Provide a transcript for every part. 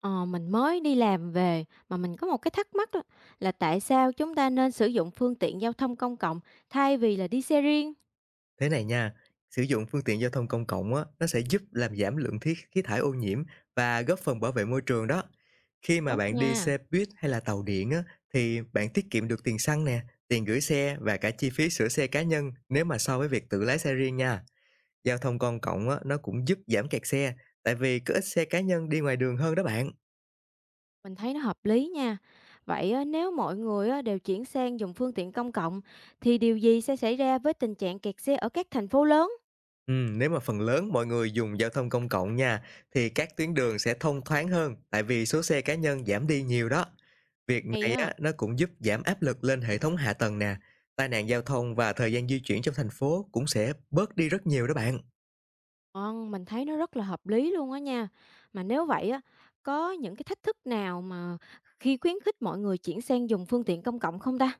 Ờ, mình mới đi làm về mà mình có một cái thắc mắc đó là tại sao chúng ta nên sử dụng phương tiện giao thông công cộng thay vì là đi xe riêng? Thế này nha, sử dụng phương tiện giao thông công cộng á, nó sẽ giúp làm giảm lượng khí khí thải ô nhiễm và góp phần bảo vệ môi trường đó. Khi mà Tốt bạn đi nha, xe buýt hay là tàu điện á, thì bạn tiết kiệm được tiền xăng nè, tiền gửi xe và cả chi phí sửa xe cá nhân nếu mà so với việc tự lái xe riêng nha. Giao thông công cộng á, nó cũng giúp giảm kẹt xe, tại vì có ít xe cá nhân đi ngoài đường hơn đó bạn. mình thấy nó hợp lý nha. Vậy á, nếu mọi người á, đều chuyển sang dùng phương tiện công cộng thì điều gì sẽ xảy ra với tình trạng kẹt xe ở các thành phố lớn? Nếu mà phần lớn mọi người dùng giao thông công cộng nha, thì các tuyến đường sẽ thông thoáng hơn, tại vì số xe cá nhân giảm đi nhiều đó. Việc Hay này á, á, nó cũng giúp giảm áp lực lên hệ thống hạ tầng nè, tai nạn giao thông và thời gian di chuyển trong thành phố cũng sẽ bớt đi rất nhiều đó bạn. ngon, mình thấy nó rất là hợp lý luôn á nha. Mà nếu vậy á, có những cái thách thức nào mà khi khuyến khích mọi người chuyển sang dùng phương tiện công cộng không ta?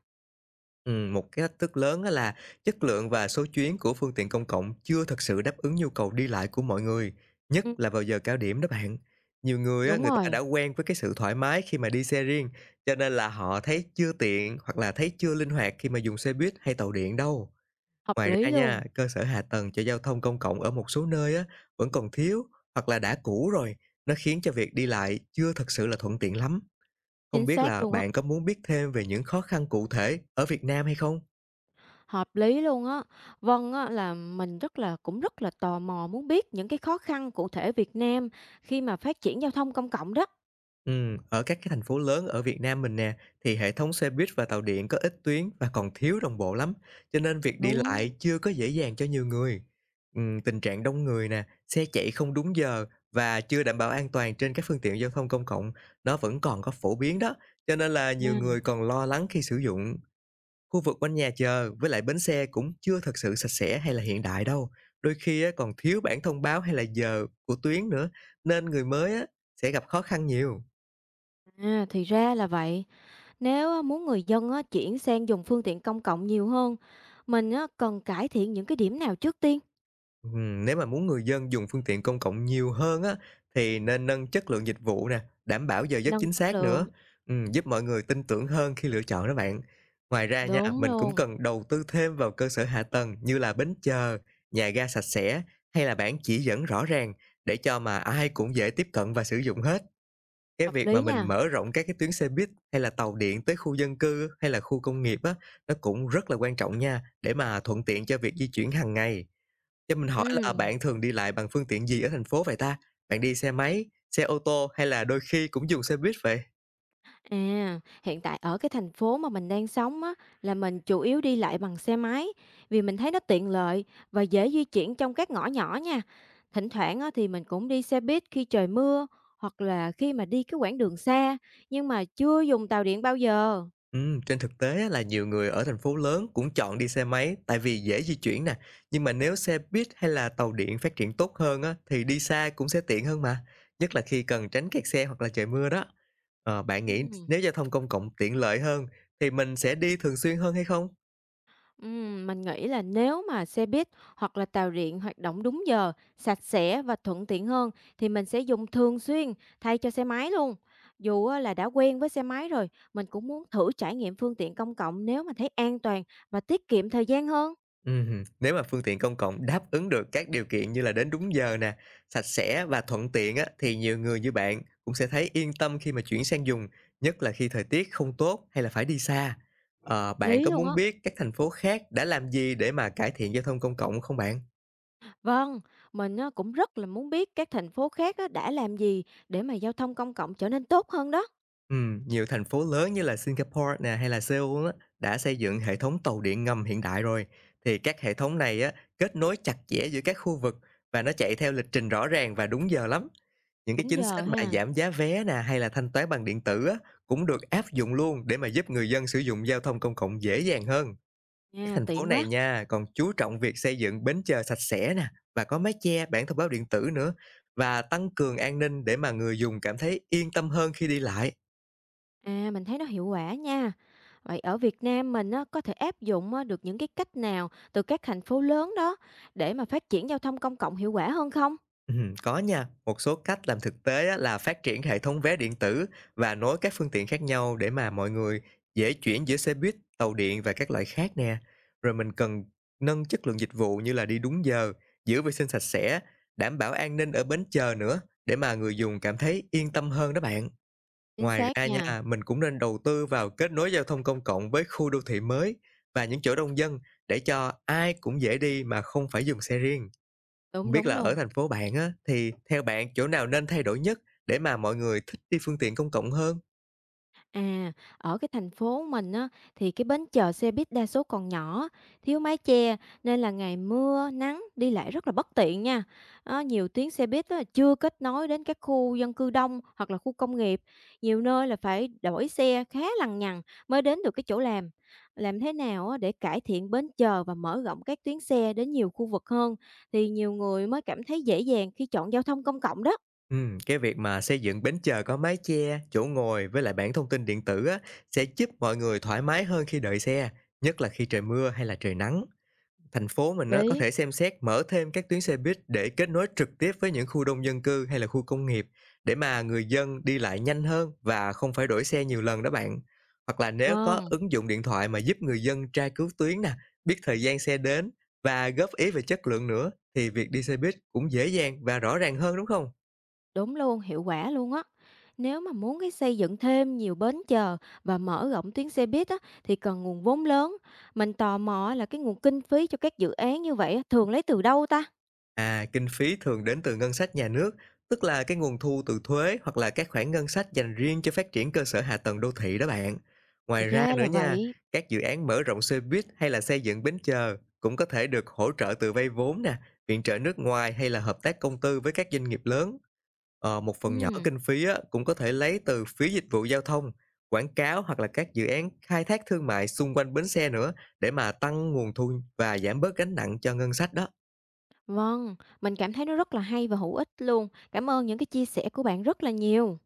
Một cái thách thức lớn á là chất lượng và số chuyến của phương tiện công cộng chưa thật sự đáp ứng nhu cầu đi lại của mọi người, nhất Ừ, là vào giờ cao điểm đó bạn. Nhiều người á, đúng người ta đã rồi, quen với cái sự thoải mái khi mà đi xe riêng, cho nên là họ thấy chưa tiện hoặc là thấy chưa linh hoạt khi mà dùng xe buýt hay tàu điện đâu. hợp Ngoài lý ra luôn. nha, cơ sở hạ tầng cho giao thông công cộng ở một số nơi á, vẫn còn thiếu hoặc là đã cũ rồi, nó khiến cho việc đi lại chưa thật sự là thuận tiện lắm. Không Chính biết xác là luôn á, bạn có muốn biết thêm về những khó khăn cụ thể ở Việt Nam hay không? hợp lý luôn á. Vâng á, là mình rất là cũng rất là tò mò muốn biết những cái khó khăn cụ thể Việt Nam khi mà phát triển giao thông công cộng đó. Ở các cái thành phố lớn ở Việt Nam mình nè, thì hệ thống xe buýt và tàu điện có ít tuyến và còn thiếu đồng bộ lắm, cho nên việc đi Đúng. lại chưa có dễ dàng cho nhiều người. Tình trạng đông người nè, xe chạy không đúng giờ và chưa đảm bảo an toàn trên các phương tiện giao thông công cộng, nó vẫn còn có phổ biến đó, cho nên là nhiều À, người còn lo lắng khi sử dụng. Khu vực quanh nhà chờ với lại bến xe cũng chưa thật sự sạch sẽ hay là hiện đại đâu. Đôi khi á, còn thiếu bảng thông báo hay là giờ của tuyến nữa, nên người mới á, sẽ gặp khó khăn nhiều. Thì ra là vậy. Nếu á, muốn người dân á, chuyển sang dùng phương tiện công cộng nhiều hơn, mình á, cần cải thiện những cái điểm nào trước tiên? Nếu mà muốn người dân dùng phương tiện công cộng nhiều hơn á, thì nên nâng chất lượng dịch vụ nè, đảm bảo giờ giấc Nâng chính chất xác nữa, lượng. Giúp mọi người tin tưởng hơn khi lựa chọn đó bạn. Ngoài ra nha, Đúng mình cũng luôn, cần đầu tư thêm vào cơ sở hạ tầng như là bến chờ, nhà ga sạch sẽ hay là bảng chỉ dẫn rõ ràng để cho mà ai cũng dễ tiếp cận và sử dụng hết. Cái hợp việc mà lý mình nha. mở rộng các cái tuyến xe buýt hay là tàu điện tới khu dân cư hay là khu công nghiệp á, nó cũng rất là quan trọng nha, để mà thuận tiện cho việc di chuyển hàng ngày. Cho mình hỏi là Ừ. bạn thường đi lại bằng phương tiện gì ở thành phố vậy ta? Bạn đi xe máy, xe ô tô hay là đôi khi cũng dùng xe buýt vậy? À, hiện tại ở cái thành phố mà mình đang sống á, là mình chủ yếu đi lại bằng xe máy vì mình thấy nó tiện lợi và dễ di chuyển trong các ngõ nhỏ nha. Thỉnh thoảng á, thì mình cũng đi xe buýt khi trời mưa hoặc là khi mà đi cái quãng đường xa nhưng mà chưa dùng tàu điện bao giờ. Trên thực tế á, là nhiều người ở thành phố lớn cũng chọn đi xe máy tại vì dễ di chuyển nè. Nhưng mà nếu xe buýt hay là tàu điện phát triển tốt hơn á, thì đi xa cũng sẽ tiện hơn mà. Nhất là khi cần tránh kẹt xe hoặc là trời mưa đó. Ờ, bạn Ừ. nghĩ nếu giao thông công cộng tiện lợi hơn thì mình sẽ đi thường xuyên hơn hay không? Mình nghĩ là nếu mà xe buýt hoặc là tàu điện hoạt động đúng giờ, sạch sẽ và thuận tiện hơn thì mình sẽ dùng thường xuyên thay cho xe máy luôn. Dù á là đã quen với xe máy rồi, mình cũng muốn thử trải nghiệm phương tiện công cộng nếu mà thấy an toàn và tiết kiệm thời gian hơn. Ừm, nếu mà phương tiện công cộng đáp ứng được các điều kiện như là đến đúng giờ nè, sạch sẽ và thuận tiện á, thì nhiều người như bạn cũng sẽ thấy yên tâm khi mà chuyển sang dùng, nhất là khi thời tiết không tốt hay là phải đi xa. Ờ, bạn Lý có luôn á. muốn biết các thành phố khác đã làm gì để mà cải thiện giao thông công cộng không bạn? Vâng, mình á cũng rất là muốn biết các thành phố khác á đã làm gì để mà giao thông công cộng trở nên tốt hơn đó. Nhiều thành phố lớn như là Singapore nè hay là Seoul á, đã xây dựng hệ thống tàu điện ngầm hiện đại rồi. Thì các hệ thống này á, kết nối chặt chẽ giữa các khu vực và nó chạy theo lịch trình rõ ràng và đúng giờ lắm. Những cái Đúng chính giờ sách mà ha. giảm giá vé nè, hay là thanh toán bằng điện tử á, cũng được áp dụng luôn để mà giúp người dân sử dụng giao thông công cộng dễ dàng hơn. Các Nha, thành phố tiện này quá. nha, còn chú trọng việc xây dựng bến chờ sạch sẽ nè và có mái che, bản thông báo điện tử nữa và tăng cường an ninh để mà người dùng cảm thấy yên tâm hơn khi đi lại. À, mình thấy nó hiệu quả nha. Vậy ở Việt Nam mình á, có thể áp dụng á, được những cái cách nào từ các thành phố lớn đó để mà phát triển giao thông công cộng hiệu quả hơn không? Có nha, một số cách làm thực tế á, là phát triển hệ thống vé điện tử và nối các phương tiện khác nhau để mà mọi người dễ chuyển giữa xe buýt, tàu điện và các loại khác nè. Rồi mình cần nâng chất lượng dịch vụ như là đi đúng giờ, giữ vệ sinh sạch sẽ, đảm bảo an ninh ở bến chờ nữa để mà người dùng cảm thấy yên tâm hơn đó bạn. Chính Ngoài xác ra nha, nha, mình cũng nên đầu tư vào kết nối giao thông công cộng với khu đô thị mới và những chỗ đông dân để cho ai cũng dễ đi mà không phải dùng xe riêng. Không đúng biết đúng là luôn. ở thành phố bạn á, thì theo bạn chỗ nào nên thay đổi nhất để mà mọi người thích đi phương tiện công cộng hơn? À, ở cái thành phố mình á, thì cái bến chờ xe buýt đa số còn nhỏ, thiếu mái che nên là ngày mưa, nắng đi lại rất là bất tiện nha. Đó, nhiều tuyến xe buýt á, chưa kết nối đến các khu dân cư đông hoặc là khu công nghiệp. Nhiều nơi là phải đổi xe khá lằng nhằng mới đến được cái chỗ làm. Làm thế nào á, để cải thiện bến chờ và mở rộng các tuyến xe đến nhiều khu vực hơn thì nhiều người mới cảm thấy dễ dàng khi chọn giao thông công cộng đó. Cái việc mà xây dựng bến chờ có mái che, chỗ ngồi với lại bảng thông tin điện tử á, sẽ giúp mọi người thoải mái hơn khi đợi xe, nhất là khi trời mưa hay là trời nắng. Thành phố mình á, có Đấy. thể xem xét mở thêm các tuyến xe buýt để kết nối trực tiếp với những khu đông dân cư hay là khu công nghiệp để mà người dân đi lại nhanh hơn và không phải đổi xe nhiều lần đó bạn. Hoặc là nếu có Vâng. ứng dụng điện thoại mà giúp người dân tra cứu tuyến nè, biết thời gian xe đến và góp ý về chất lượng nữa thì việc đi xe buýt cũng dễ dàng và rõ ràng hơn đúng không? Đúng luôn, hiệu quả luôn á. Nếu mà muốn cái xây dựng thêm nhiều bến chờ và mở rộng tuyến xe buýt á, thì cần nguồn vốn lớn. Mình tò mò á là cái nguồn kinh phí cho các dự án như vậy á, thường lấy từ đâu ta? À, kinh phí thường đến từ ngân sách nhà nước, tức là cái nguồn thu từ thuế hoặc là các khoản ngân sách dành riêng cho phát triển cơ sở hạ tầng đô thị đó bạn. Thì Ngoài ra ra nữa là nha, vậy. các dự án mở rộng xe buýt hay là xây dựng bến chờ cũng có thể được hỗ trợ từ vay vốn nè, viện trợ nước ngoài hay là hợp tác công tư với các doanh nghiệp lớn. Ờ, một phần nhỏ Ừm, kinh phí á, cũng có thể lấy từ phí dịch vụ giao thông, quảng cáo hoặc là các dự án khai thác thương mại xung quanh bến xe nữa để mà tăng nguồn thu và giảm bớt gánh nặng cho ngân sách đó. vâng, mình cảm thấy nó rất là hay và hữu ích luôn. Cảm ơn những cái chia sẻ của bạn rất là nhiều.